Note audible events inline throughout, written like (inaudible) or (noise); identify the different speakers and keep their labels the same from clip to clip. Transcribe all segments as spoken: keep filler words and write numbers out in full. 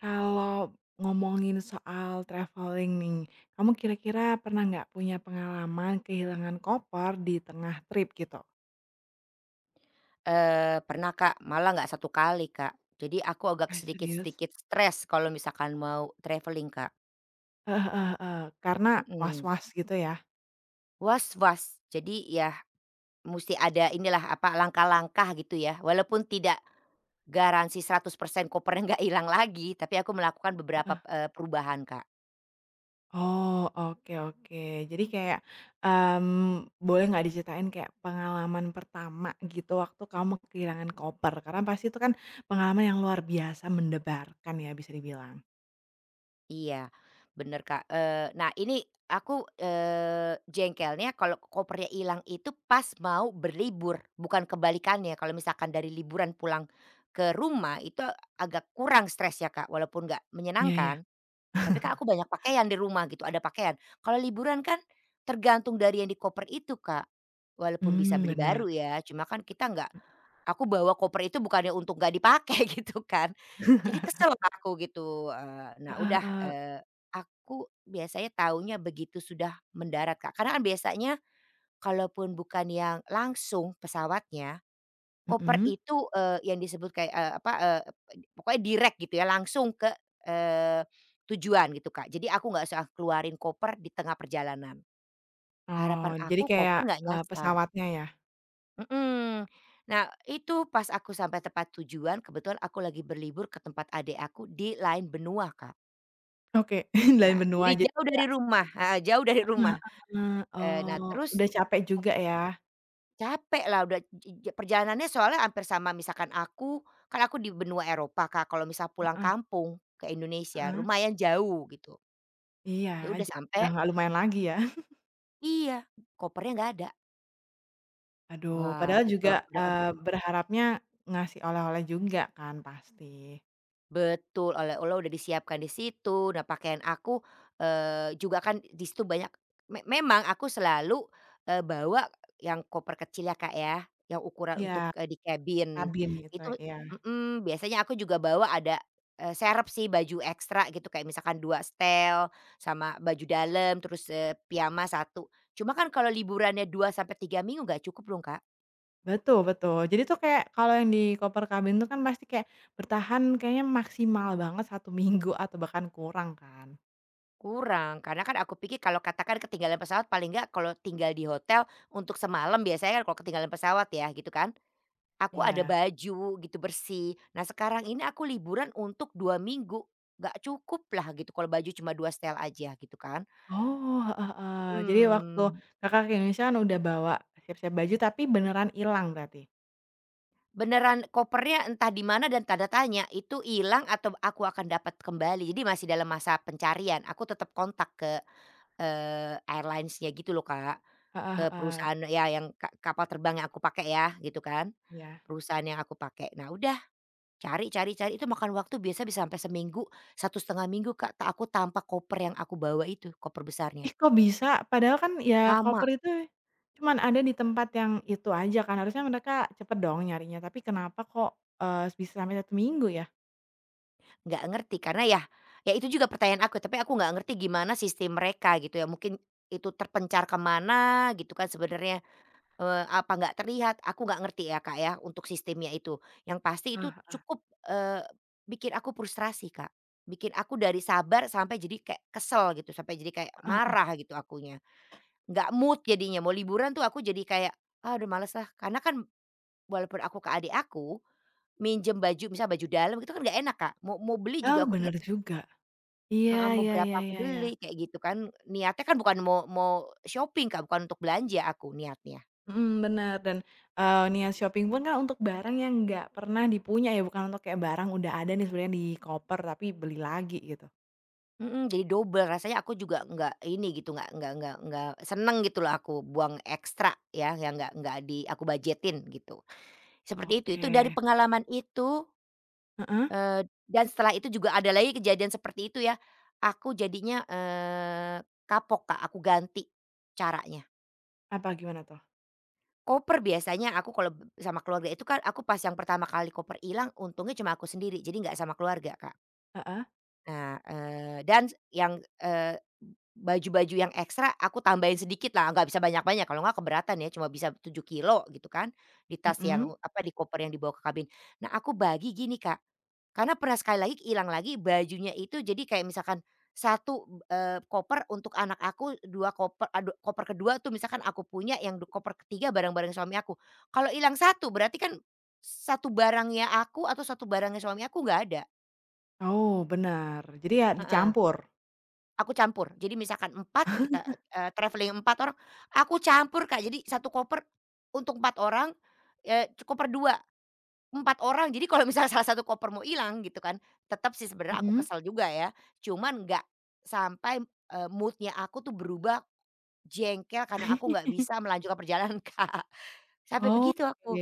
Speaker 1: Kalau ngomongin soal traveling nih, kamu kira-kira pernah nggak punya pengalaman kehilangan koper di tengah trip gitu?
Speaker 2: Eee, pernah, Kak, malah nggak satu kali, Kak. Jadi aku agak
Speaker 1: Eh, serius?
Speaker 2: sedikit-sedikit stres kalau misalkan mau traveling, Kak.
Speaker 1: Heeh heeh heeh, karena
Speaker 2: Mhm.
Speaker 1: was-was gitu ya?
Speaker 2: Was-was. Jadi ya musti ada inilah, apa, langkah-langkah gitu ya, walaupun tidak garansi seratus persen kopernya nggak hilang lagi, tapi aku melakukan beberapa, eee, perubahan, Kak.
Speaker 1: Oh, oke oke. Jadi kayak, mmm, boleh nggak diceritain kayak pengalaman pertama gitu waktu kamu kehilangan koper? Karena pasti itu kan pengalaman yang luar biasa mendebarkan ya bisa dibilang.
Speaker 2: Iya, bener, Kak. Eee, nah, ini aku, eee, jengkelnya kalau kopernya hilang itu pas mau berlibur, bukan kebalikannya. Kalau misalkan dari liburan pulang ke rumah itu agak kurang stres ya, Kak, walaupun nggak
Speaker 1: Iya iya.
Speaker 2: menyenangkan, tapi, kak,
Speaker 1: (laughs)
Speaker 2: aku banyak pakaian di rumah gitu, ada pakaian. Kalau liburan kan tergantung dari yang di koper itu, Kak. Walaupun bisa
Speaker 1: Mmm,
Speaker 2: beli baru
Speaker 1: bener.
Speaker 2: ya, cuma kan kita nggak. Aku bawa koper itu bukannya untuk nggak dipakai (laughs) gitu kan, jadi kesel
Speaker 1: (laughs)
Speaker 2: aku gitu. Eee, nah,
Speaker 1: Heeh
Speaker 2: udah,
Speaker 1: heeh.
Speaker 2: eee, aku biasanya taunya begitu sudah mendarat, Kak, karena kan biasanya kalaupun bukan yang langsung pesawatnya, koper
Speaker 1: Mhm?
Speaker 2: itu, eee, yang disebut kayak, eee, apa, eee, pokoknya direct gitu ya langsung ke, eee, tujuan gitu, Kak, jadi aku nggak usah keluarin koper di tengah perjalanan.
Speaker 1: Oh,
Speaker 2: Harapan
Speaker 1: jadi
Speaker 2: aku
Speaker 1: kayak,
Speaker 2: koper nggak
Speaker 1: eee,
Speaker 2: nyasar.
Speaker 1: pesawatnya ya?
Speaker 2: Mhm. Nah, itu pas aku sampai tempat tujuan, kebetulan aku lagi berlibur ke tempat adik aku di lain benua, Kak.
Speaker 1: Oke, (laughs) lain
Speaker 2: Nah,
Speaker 1: benua
Speaker 2: jadi
Speaker 1: jadi
Speaker 2: jauh dari
Speaker 1: kayak.
Speaker 2: rumah. Heeh. Jauh dari
Speaker 1: Heeh heeh,
Speaker 2: rumah.
Speaker 1: heeh.
Speaker 2: Eee, nah,
Speaker 1: Oh,
Speaker 2: terus,
Speaker 1: udah capek juga
Speaker 2: apa,
Speaker 1: ya?
Speaker 2: capek lah, udah j j perjalanannya, soalnya hampir sama misalkan aku, kan aku di benua Eropa, Kak, kalau misal pulang
Speaker 1: Heeh
Speaker 2: kampung ke Indonesia
Speaker 1: heeh.
Speaker 2: lumayan jauh gitu.
Speaker 1: Iya,
Speaker 2: Ya udah
Speaker 1: ja udah
Speaker 2: sampai.
Speaker 1: nggak lumayan lagi ya.
Speaker 2: Iya, kopernya nggak ada.
Speaker 1: Aduh,
Speaker 2: Wah,
Speaker 1: padahal
Speaker 2: itu
Speaker 1: juga,
Speaker 2: aku udah,
Speaker 1: eee,
Speaker 2: aduh.
Speaker 1: berharapnya ngasih oleh-oleh juga kan pasti.
Speaker 2: Betul, oleh-oleh udah disiapkan di situ. Nah, pakaian aku, eee, juga kan di situ banyak, me memang aku selalu, eee, bawa yang koper kecil ya, Kak, ya, yang ukuran untuk,
Speaker 1: Iya,
Speaker 2: eee, di kabin.
Speaker 1: kabin gitu,
Speaker 2: Itu
Speaker 1: iya.
Speaker 2: mhm, biasanya aku juga bawa ada, eee, serep sih baju ekstra gitu kayak misalkan dua setel sama baju dalam terus, eee, piyama satu. Cuma kan kalau liburannya dua sampai tiga minggu nggak cukup dong, Kak.
Speaker 1: Betul betul, jadi tuh kayak kalau yang di koper kabin tuh kan pasti kayak bertahan kayaknya maksimal banget satu minggu atau bahkan kurang kan?
Speaker 2: Kurang, karena kan aku pikir kalau katakan ketinggalan pesawat paling nggak kalau tinggal di hotel untuk semalam biasanya kan kalau ketinggalan pesawat ya gitu kan, aku ada
Speaker 1: Iya.
Speaker 2: baju gitu bersih. Nah sekarang ini aku liburan untuk dua minggu, nggak cukup lah gitu kalau baju cuma dua setel aja gitu kan.
Speaker 1: Oh, heeh heeh. Jadi waktu
Speaker 2: hmm
Speaker 1: Kakak ke Indonesia kan udah bawa siap-siap baju tapi beneran hilang berarti?
Speaker 2: Beneran kopernya entah di mana dan tanda tanya itu hilang atau aku akan dapat kembali. Jadi masih dalam masa pencarian, aku tetap kontak ke, Eee, airlines-nya gitu loh, Kak,
Speaker 1: Heeh
Speaker 2: ke
Speaker 1: heeh,
Speaker 2: perusahaan ya yang ka kapal terbang yang aku pakai ya, gitu kan,
Speaker 1: iya.
Speaker 2: perusahaan yang aku pakai. Nah udah cari cari cari itu makan waktu, biasa bisa sampai seminggu, satu setengah minggu, Kak, ta aku tanpa koper yang aku bawa itu, koper besarnya.
Speaker 1: Ih, kok bisa? Padahal kan ya
Speaker 2: Lama,
Speaker 1: koper itu cuman ada di tempat yang itu aja kan, harusnya mereka cepet dong nyarinya, tapi kenapa kok, eee, bisa sampai satu minggu ya?
Speaker 2: nggak ngerti karena ya ya itu juga pertanyaan aku, tapi aku nggak ngerti gimana sistem mereka gitu ya, mungkin itu terpencar ke mana gitu kan sebenarnya. Eee, apa nggak terlihat, aku nggak ngerti ya, Kak, ya, untuk sistemnya itu. Yang pasti itu
Speaker 1: Ah,
Speaker 2: cukup, eee, bikin aku frustrasi, Kak. Bikin aku dari sabar sampai jadi kayak kesel gitu, sampai jadi kayak
Speaker 1: heeh heeh.
Speaker 2: marah gitu akunya. Nggak mood jadinya, mau liburan tuh aku jadi kayak, "Ah, udah males lah." Karena kan walaupun aku ke adik aku, minjem baju misal baju dalam itu kan nggak enak, Kak. Mau mau beli
Speaker 1: Oh,
Speaker 2: juga aku pikir,
Speaker 1: bener juga. Iya
Speaker 2: heeh, mau
Speaker 1: iya
Speaker 2: berapa
Speaker 1: iya
Speaker 2: aku
Speaker 1: iya iya.
Speaker 2: beli, kayak gitu kan. Niatnya kan bukan mau mau shopping, Kak, bukan untuk belanja aku niatnya.
Speaker 1: Mhm, bener dan, eee, niat shopping pun kan untuk barang yang nggak pernah dipunya ya, bukan untuk kayak barang udah ada nih sebenarnya di koper tapi beli lagi gitu.
Speaker 2: Mhm, jadi double rasanya aku juga nggak ini gitu, nggak nggak nggak nggak seneng gitu loh aku buang ekstra ya, yang nggak nggak di aku budgetin gitu. Seperti itu, itu dari
Speaker 1: Oke,
Speaker 2: pengalaman itu,
Speaker 1: heeh,
Speaker 2: eee, dan setelah itu juga ada lagi kejadian seperti itu ya, aku jadinya, eee, kapok, Kak, aku ganti caranya.
Speaker 1: apa gimana tuh?
Speaker 2: Koper biasanya aku kalau sama keluarga itu kan aku pas yang pertama kali koper hilang untungnya cuma aku sendiri, jadi nggak sama keluarga, Kak.
Speaker 1: Heeh,
Speaker 2: Nah, eee, dan yang, eee, baju-baju yang ekstra aku tambahin sedikit lah, nggak bisa banyak-banyak kalau nggak keberatan ya, cuma bisa tujuh kilo gitu kan, di tas yang
Speaker 1: mhm.
Speaker 2: apa, di koper yang dibawa ke kabin. Nah, aku bagi gini, Kak, karena pernah sekali lagi hilang lagi bajunya itu jadi kayak misalkan satu, eee, koper untuk anak aku, dua, koper adu koper kedua tuh misalkan aku punya, yang du koper ketiga barang-barang suami aku. Kalau hilang satu, berarti kan satu barangnya aku atau satu barangnya suami aku nggak ada.
Speaker 1: Oh, benar, jadi ya
Speaker 2: Heeh.
Speaker 1: dicampur?
Speaker 2: Aku campur. Jadi misalkan empat kita, eee, travelling empat orang, aku campur, Kak. Jadi satu koper untuk empat orang, eee, koper dua empat orang. Jadi kalau misalnya (laughs) salah satu koper mau hilang gitu kan, tetap sih sebenarnya aku
Speaker 1: Mhm.
Speaker 2: kesel juga ya. Cuman nggak sampai, eee, mood aku tuh berubah jengkel karena aku nggak bisa melanjutkan perjalanan, (laughs) Kak. Sampai begitu aku.
Speaker 1: Oke,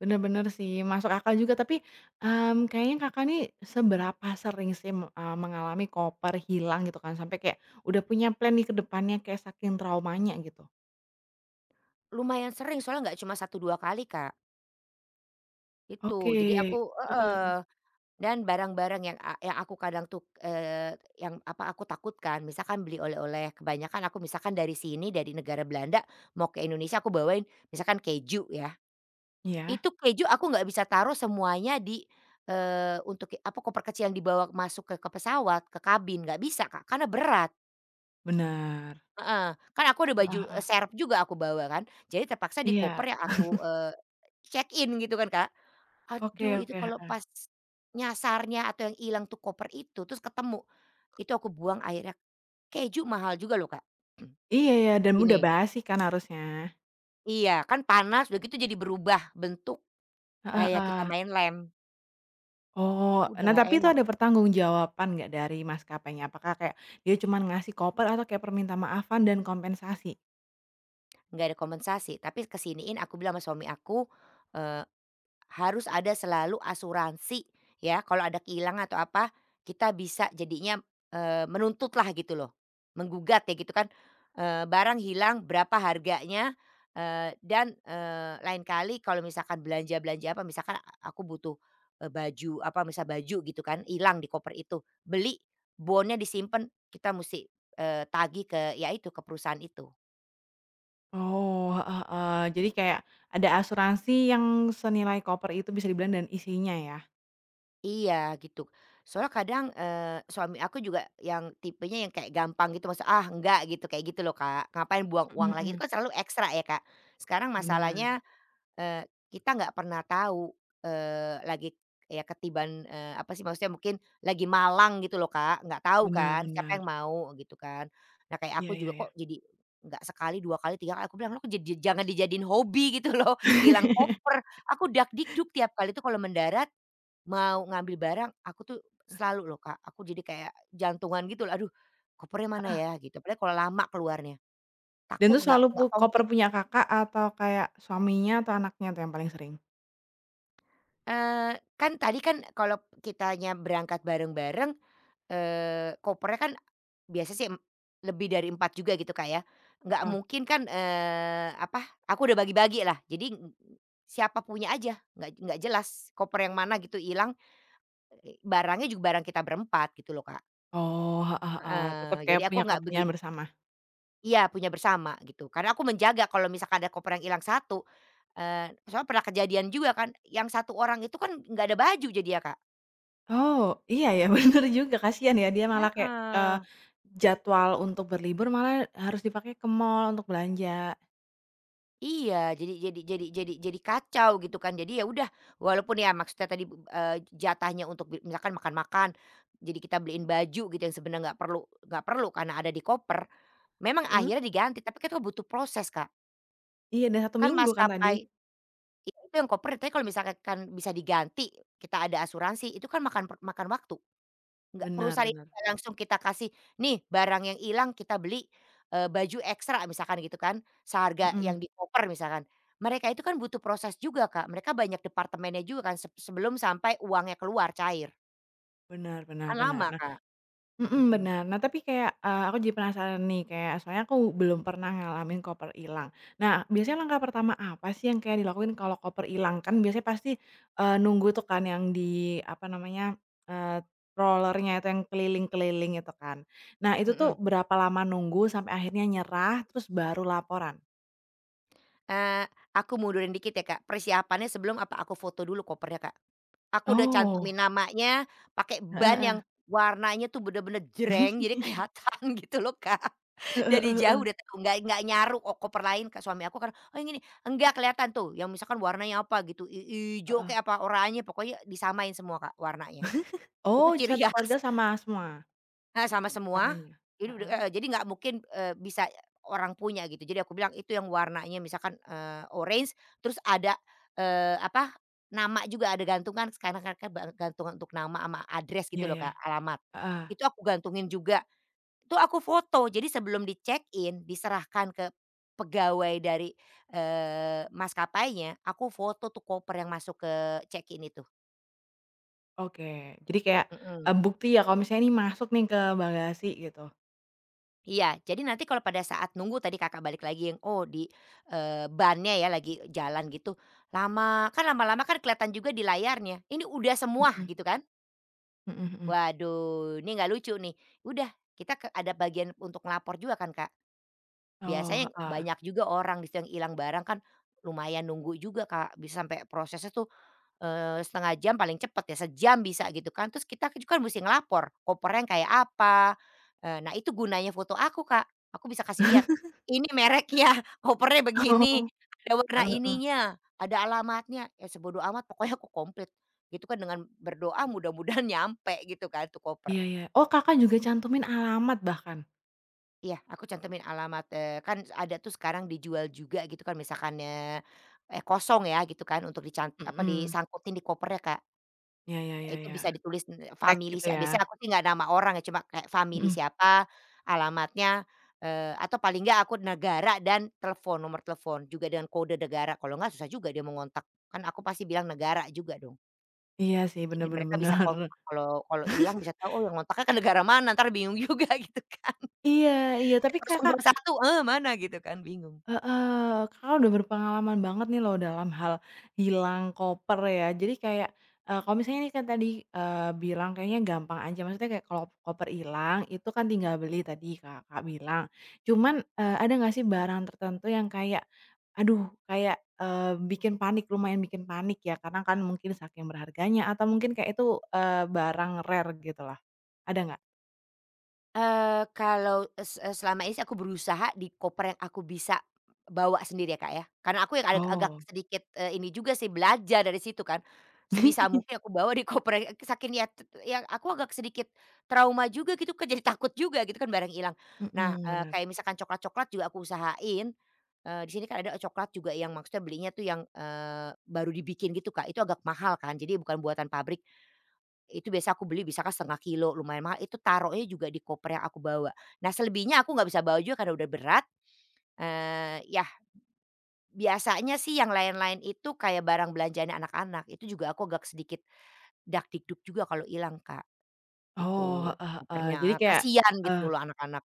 Speaker 1: bener bener sih, masuk akal juga tapi, mmm, kayaknya Kakak nih seberapa sering sih me eee, mengalami koper hilang gitu kan sampai kayak udah punya plan nih ke depannya kayak saking traumanya gitu?
Speaker 2: Lumayan sering soalnya nggak cuma satu dua kali, Kak.
Speaker 1: Oke,
Speaker 2: Itu. Jadi aku,
Speaker 1: heeh,
Speaker 2: heeh. Dan barang-barang yang a yang aku kadang tuh, eee, yang apa, aku takutkan misalkan beli oleh-oleh kebanyakan aku misalkan dari sini dari negara Belanda mau ke Indonesia aku bawain misalkan keju ya,
Speaker 1: iya,
Speaker 2: itu keju aku nggak bisa taruh semuanya di, eee, untuk ki apa, koper kecil yang dibawa masuk ke ke pesawat, ke kabin, nggak bisa, Kak, karena berat.
Speaker 1: bener,
Speaker 2: Heeh, kan aku ada baju,
Speaker 1: heeh
Speaker 2: eee,
Speaker 1: heeh,
Speaker 2: serep juga aku bawa kan, jadi terpaksa di
Speaker 1: iya,
Speaker 2: koper yang aku check in gitu kan, Kak.
Speaker 1: oke
Speaker 2: Aduh, itu
Speaker 1: oke,
Speaker 2: kalau
Speaker 1: heeh,
Speaker 2: pas nyasarnya atau yang hilang tuh koper itu, terus ketemu, itu aku buang akhirnya. Keju mahal juga loh, Kak, (clears throat)
Speaker 1: iya ya
Speaker 2: di
Speaker 1: dan mudah
Speaker 2: sini.
Speaker 1: basi kan harusnya,
Speaker 2: Iya, kan panas udah gitu jadi berubah bentuk,
Speaker 1: heeh
Speaker 2: kayak kita
Speaker 1: heeh.
Speaker 2: main lem,
Speaker 1: Oh,
Speaker 2: udah
Speaker 1: nah
Speaker 2: nggak
Speaker 1: tapi itu
Speaker 2: enak.
Speaker 1: ada pertanggungjawaban nggak dari maskapainya? Apakah kayak dia cuman ngasih koper atau kayak perminta maafan dan kompensasi?
Speaker 2: Nggak ada kompensasi. Tapi kesiniin aku bilang sama suami aku, eh, harus ada selalu asuransi ya, kalau ada kehilangan atau apa, kita bisa jadinya, eh, menuntut lah gitu loh, menggugat ya gitu kan, eee, barang hilang berapa harganya, eee, dan, eee, lain kali kalau misalkan belanja-belanja apa, misalkan a aku butuh, eee, baju apa, misal baju gitu kan hilang di koper itu, beli, bonnya disimpan, kita mesti, eee, tagih ke ya itu, ke perusahaan itu.
Speaker 1: Oh, heeh, heeh. Jadi kayak ada asuransi yang senilai koper itu bisa dibilang dan isinya ya?
Speaker 2: Iya gitu. Soalnya kadang, eee, suami aku juga yang tipenya yang kayak gampang gitu maksud, "Ah enggak," gitu kayak gitu loh, Kak. Ngapain buang uang
Speaker 1: Mhm,
Speaker 2: lagi, itu
Speaker 1: mhm.
Speaker 2: kan selalu ekstra ya, Kak. Sekarang
Speaker 1: Benar
Speaker 2: masalahnya, eee, kita nggak pernah tahu, eee, lagi ya ketiban, eee, apa sih maksudnya mungkin lagi malang gitu loh, Kak, nggak tahu
Speaker 1: benar
Speaker 2: kan siapa yang
Speaker 1: benar.
Speaker 2: mau gitu kan. Nah kayak
Speaker 1: Iya
Speaker 2: aku
Speaker 1: iya
Speaker 2: juga
Speaker 1: iya.
Speaker 2: kok jadi nggak sekali, dua kali, tiga kali aku bilang, "Lo kok jadi jangan dijadiin hobi (laughs) gitu loh, hilang koper."
Speaker 1: (laughs)
Speaker 2: Aku dak dikduk tiap kali tuh kalau mendarat mau ngambil barang, aku tuh selalu loh, Kak, aku jadi kayak jantungan gitu loh, "Aduh, kopernya mana
Speaker 1: Heeh.
Speaker 2: ya?" Gitu. Padahal kalau lama keluarnya,
Speaker 1: Dan
Speaker 2: takut
Speaker 1: itu
Speaker 2: nggak
Speaker 1: selalu pu
Speaker 2: nggak
Speaker 1: koper
Speaker 2: komplit.
Speaker 1: punya Kakak atau kayak suaminya atau anaknya tuh yang paling sering?
Speaker 2: Eee, kan tadi kan kalau kitanya berangkat bareng-bareng, eee, kopernya kan biasa sih m lebih dari empat juga gitu, Kak, ya, nggak
Speaker 1: Heeh.
Speaker 2: mungkin kan, eee, apa, aku udah bagi-bagi lah, jadi ng siapa punya aja, nggak nggak jelas koper yang mana gitu hilang, eh, barangnya juga barang kita berempat gitu loh, Kak.
Speaker 1: Oh, heeh heeh. Tetep
Speaker 2: Heeh, jadi
Speaker 1: kayak
Speaker 2: aku
Speaker 1: punya
Speaker 2: nggak begi
Speaker 1: kepunyaan bersama?
Speaker 2: Iya, punya bersama gitu, karena aku menjaga kalau misalkan ada koper yang hilang satu, eee, soalnya pernah kejadian juga kan, yang satu orang itu kan nggak ada baju jadi ya, Kak.
Speaker 1: Oh, iya ya (laughs) bener juga kasihan ya dia malah kayak, eee,
Speaker 2: Heeh.
Speaker 1: jadwal untuk berlibur malah harus dipakai ke mall untuk belanja.
Speaker 2: Iya, jadi jadi jadi jadi jadi kacau gitu kan. Jadi ya udah, walaupun ya maksudnya tadi, eee, jatahnya untuk bi misalkan makan-makan, jadi kita beliin baju gitu yang sebenarnya nggak perlu nggak perlu karena ada di koper, memang
Speaker 1: Mhm.
Speaker 2: akhirnya diganti, tapi kan itu butuh proses, Kak.
Speaker 1: Iya dan satu
Speaker 2: Kan
Speaker 1: minggu kan tadi?
Speaker 2: maskapai ya itu yang koper, tapi kalau misalkan kan bisa diganti, kita ada asuransi, itu kan makan makan waktu. Nggak,
Speaker 1: Benar
Speaker 2: perusahaan itu
Speaker 1: benar.
Speaker 2: nggak langsung kita kasih, "Nih barang yang hilang kita beli, eee, baju ekstra," misalkan gitu kan, seharga
Speaker 1: Mhm,
Speaker 2: yang di koper misalkan. Mereka itu kan butuh proses juga, Kak, mereka banyak departemennya juga kan seb sebelum sampai uangnya keluar cair,
Speaker 1: benar benar.
Speaker 2: kan
Speaker 1: Bener.
Speaker 2: lama,
Speaker 1: Nah.
Speaker 2: Kak.
Speaker 1: Mhm,
Speaker 2: Mhm,
Speaker 1: benar. Nah, tapi kayak, eee, aku jadi penasaran nih, kayak soalnya aku belum pernah ngalamin koper ilang. Nah, biasanya langkah pertama apa sih yang kayak dilakuin kalau koper ilang? Kan biasanya pasti, eee, nunggu tuh kan yang di apa namanya, eee, rollernya itu yang keliling-keliling itu kan. Nah, itu
Speaker 2: mhm.
Speaker 1: tuh berapa lama nunggu sampai akhirnya nyerah, terus baru laporan?
Speaker 2: Eee, aku mundurin dikit ya, Kak, persiapannya sebelum apa aku foto dulu kopernya, Kak. Aku udah
Speaker 1: Oh,
Speaker 2: cantumin namanya, pakai
Speaker 1: heeh
Speaker 2: ban
Speaker 1: heeh.
Speaker 2: yang warnanya tuh bener-bener jreng jadi (laughs)
Speaker 1: (laughs)
Speaker 2: kelihatan gitu loh, Kak.
Speaker 1: Heeh
Speaker 2: Dari
Speaker 1: heeh heeh.
Speaker 2: jauh udah tahu, nggak nggak nyaru oh koper lain ke suami aku kan, "Oh yang ini," enggak kelihatan tuh yang misalkan warnanya apa gitu, i ijo
Speaker 1: Heeh.
Speaker 2: kek apa oranye pokoknya disamain semua, Kak, warnanya. Itu
Speaker 1: Oh,
Speaker 2: ciri
Speaker 1: satu
Speaker 2: khas,
Speaker 1: keluarga
Speaker 2: (laughs)
Speaker 1: sama semua
Speaker 2: heeh, sama semua,
Speaker 1: warnanya?
Speaker 2: jadi udah,
Speaker 1: Heeh.
Speaker 2: heeh, jadi nggak mungkin, eee, bisa orang punya gitu. Jadi aku bilang itu yang warnanya misalkan, eee, orange terus ada, eee, apa, nama juga ada gantungan sekarang kan kan ba gantungan untuk nama sama address gitu
Speaker 1: Iya
Speaker 2: loh,
Speaker 1: iya,
Speaker 2: Kak, alamat.
Speaker 1: heeh.
Speaker 2: Itu aku gantungin juga. Itu aku foto, jadi sebelum di-check-in, diserahkan ke pegawai dari, eee, maskapainya, aku foto tuh koper yang masuk ke check-in itu.
Speaker 1: Oke. Jadi kayak, eee,
Speaker 2: Mhm.
Speaker 1: bukti ya kalau misalnya ini masuk nih ke bagasi gitu?
Speaker 2: Iya, jadi nanti kalau pada saat nunggu tadi Kakak balik lagi yang, oh di, eee, bannya ya lagi jalan gitu, lama kan lama-lama kan kelihatan juga di layarnya, ini udah semua
Speaker 1: Mhm
Speaker 2: gitu kan.
Speaker 1: mhm mhm.
Speaker 2: Waduh, ini nggak lucu nih. Udah, kita ke ada bagian untuk ngelapor juga kan, Kak.
Speaker 1: Oh,
Speaker 2: Biasanya
Speaker 1: heeh.
Speaker 2: banyak juga orang di situ yang hilang barang kan, lumayan nunggu juga, Kak, bisa sampai prosesnya tuh, eee, satu jam paling cepet ya, sejam bisa gitu kan. Terus kita kan juga kan musti ngelapor, kopernya yang kayak apa, eee, nah itu gunanya foto aku, Kak, aku bisa kasih lihat, "Ini mereknya, (laughs) kopernya
Speaker 1: (laughs)
Speaker 2: begini,
Speaker 1: Oh.
Speaker 2: ada warna
Speaker 1: Heeh heeh.
Speaker 2: ininya, ada alamatnya." Ya sebodo amat pokoknya aku komplit, gitu kan dengan berdoa mudah-mudahan (laughs) nyampe gitu kan tuh koper.
Speaker 1: Iya iya. Oh, Kakak juga cantumin alamat bahkan?
Speaker 2: Iya, aku cantumin alamat, eee, kan ada tuh sekarang dijual juga gitu kan misalkan, eee eee, kosong ya gitu kan untuk dican apa,
Speaker 1: Mhm.
Speaker 2: disangkutin di kopernya, Kak.
Speaker 1: Ya ya ya
Speaker 2: Itu
Speaker 1: ya.
Speaker 2: bisa ditulis, eee,
Speaker 1: Tag
Speaker 2: famili
Speaker 1: gitu
Speaker 2: si biasanya
Speaker 1: ya?
Speaker 2: aku sih nggak nama orang ya, cuma kayak famili
Speaker 1: Mhm.
Speaker 2: siapa, alamatnya, eee, atau paling nggak aku negara dan telepon, nomor telepon juga dengan kode negara, kalau nggak susah juga dia mau ngontak. Kan aku pasti bilang negara juga dong.
Speaker 1: Iya sih, bener
Speaker 2: Jadi
Speaker 1: bener (laughs)
Speaker 2: mereka bisa
Speaker 1: bener.
Speaker 2: kontak kalau kalau hilang bisa tahu, oh yang ngontaknya ke negara mana, entar bingung (laughs) juga gitu kan.
Speaker 1: Iya iya, tapi
Speaker 2: Kosong
Speaker 1: Kakak.
Speaker 2: dua satu, eh, mana gitu kan, bingung.
Speaker 1: Heeh, Kakak udah berpengalaman banget nih loh dalam hal hilang koper ya. Jadi kayak, eee, kalau misalnya nih kan tadi, eee, bilang kayaknya gampang aja, maksudnya kayak kalau koper hilang itu kan tinggal beli tadi Kakak bilang. Cuman, eee, ada nggak sih barang tertentu yang kayak, aduh kayak, eee, bikin panik, lumayan bikin panik ya karena kan mungkin saking berharganya atau mungkin kayak itu, eee, barang rare gitu lah, ada nggak?
Speaker 2: Eee, kalau es eee, selama ini sih aku berusaha di koper yang aku bisa bawa sendiri ya, Kak, ya. Karena aku yang ag agak
Speaker 1: Oh.
Speaker 2: sedikit, eee, ini juga sih belajar dari situ kan. Sebisa
Speaker 1: (laughs)
Speaker 2: mungkin aku bawa di koper, eh, saking ya t ya aku agak sedikit trauma juga gitu kan, (laughs) jadi takut juga gitu kan barang hilang. Nah,
Speaker 1: Mhm,
Speaker 2: eee,
Speaker 1: bener.
Speaker 2: kayak misalkan coklat-coklat juga aku usahain, eee, di sini kan ada coklat juga yang maksudnya belinya tuh yang, eee, baru dibikin gitu, Kak. Itu agak mahal kan, jadi bukan buatan pabrik. Itu biasa aku beli bisa kan setengah kilo lumayan mahal, itu taruhnya juga di koper yang aku bawa. Nah selebihnya aku nggak bisa bawa juga karena udah berat. Eh, yah, biasanya sih yang lain-lain itu kayak barang belanjaan anak-anak, itu juga aku agak sedikit dak dakdikduk juga kalau hilang, Kak,
Speaker 1: Oh,
Speaker 2: gitu
Speaker 1: heeh heeh. Jadi
Speaker 2: kopernya. Eh,
Speaker 1: kayak,
Speaker 2: kasihan
Speaker 1: eee
Speaker 2: gitu loh anak-anak.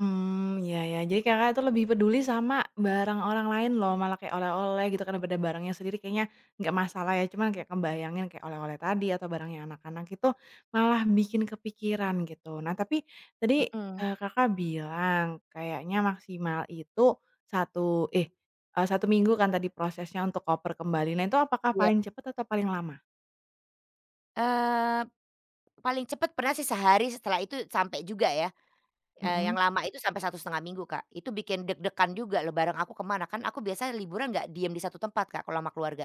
Speaker 1: Mmm, iya ya. Jadi Kakak itu lebih peduli sama barang orang lain loh, malah kayak oleh-oleh gitu kan ada barangnya sendiri kayaknya nggak masalah ya, cuman kayak ngebayangin kayak oleh-oleh tadi atau barang yang anak-anak itu malah bikin kepikiran gitu. Nah tapi tadi,
Speaker 2: Mhm.
Speaker 1: eee, Kakak bilang kayaknya maksimal itu satu eh, eee, satu minggu kan tadi prosesnya untuk koper kembali. Nah itu apakah
Speaker 2: Iya.
Speaker 1: paling cepat atau paling lama?
Speaker 2: Eee, Paling cepat pernah sih sehari setelah itu sampai juga ya. Eee, yang
Speaker 1: Mhm.
Speaker 2: lama itu sampai satu setengah minggu, Kak. Itu bikin deg-degan juga loh bareng aku ke mana, kan aku biasanya liburan nggak diem di satu tempat, Kak, kalau sama keluarga.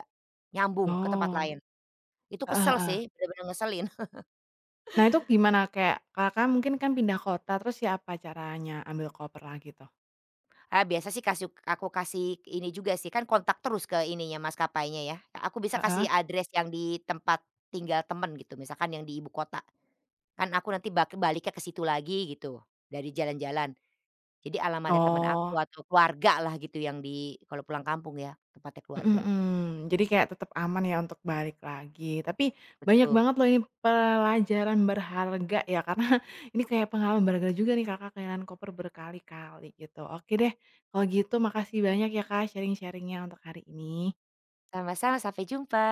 Speaker 2: Nyambung ke tempat
Speaker 1: Oh,
Speaker 2: lain. Itu
Speaker 1: heeh
Speaker 2: kesel sih,
Speaker 1: heeh.
Speaker 2: bener-bener ngeselin. (laughs)
Speaker 1: Nah itu gimana kayak Kakak mungkin kan pindah kota terus ya apa caranya ambil koper lagi tuh?
Speaker 2: Ah, biasa sih kasih aku kasih ini juga sih, kan kontak terus ke ininya, maskapainya ya. Aku bisa kasih
Speaker 1: Heeh.
Speaker 2: address yang di tempat tinggal temen gitu, misalkan yang di ibu kota. Kan aku nanti bak baliknya ke situ lagi gitu, dari jalan-jalan. Jadi alamatnya temen aku
Speaker 1: Oh,
Speaker 2: atau keluargalah gitu yang di kalau pulang kampung ya, tempatnya
Speaker 1: mhm
Speaker 2: keluarga.
Speaker 1: mhm. Jadi kayak tetap aman ya untuk balik lagi. Tapi banyak
Speaker 2: Betul.
Speaker 1: banget loh ini pelajaran berharga ya karena (laughs) ini kayak pengalaman berharga juga nih Kakak kehilangan koper berkali-kali gitu. Oke deh kalau gitu makasih banyak ya Kak sharing sharingnya untuk hari ini.
Speaker 2: Sama-sama, sampai jumpa.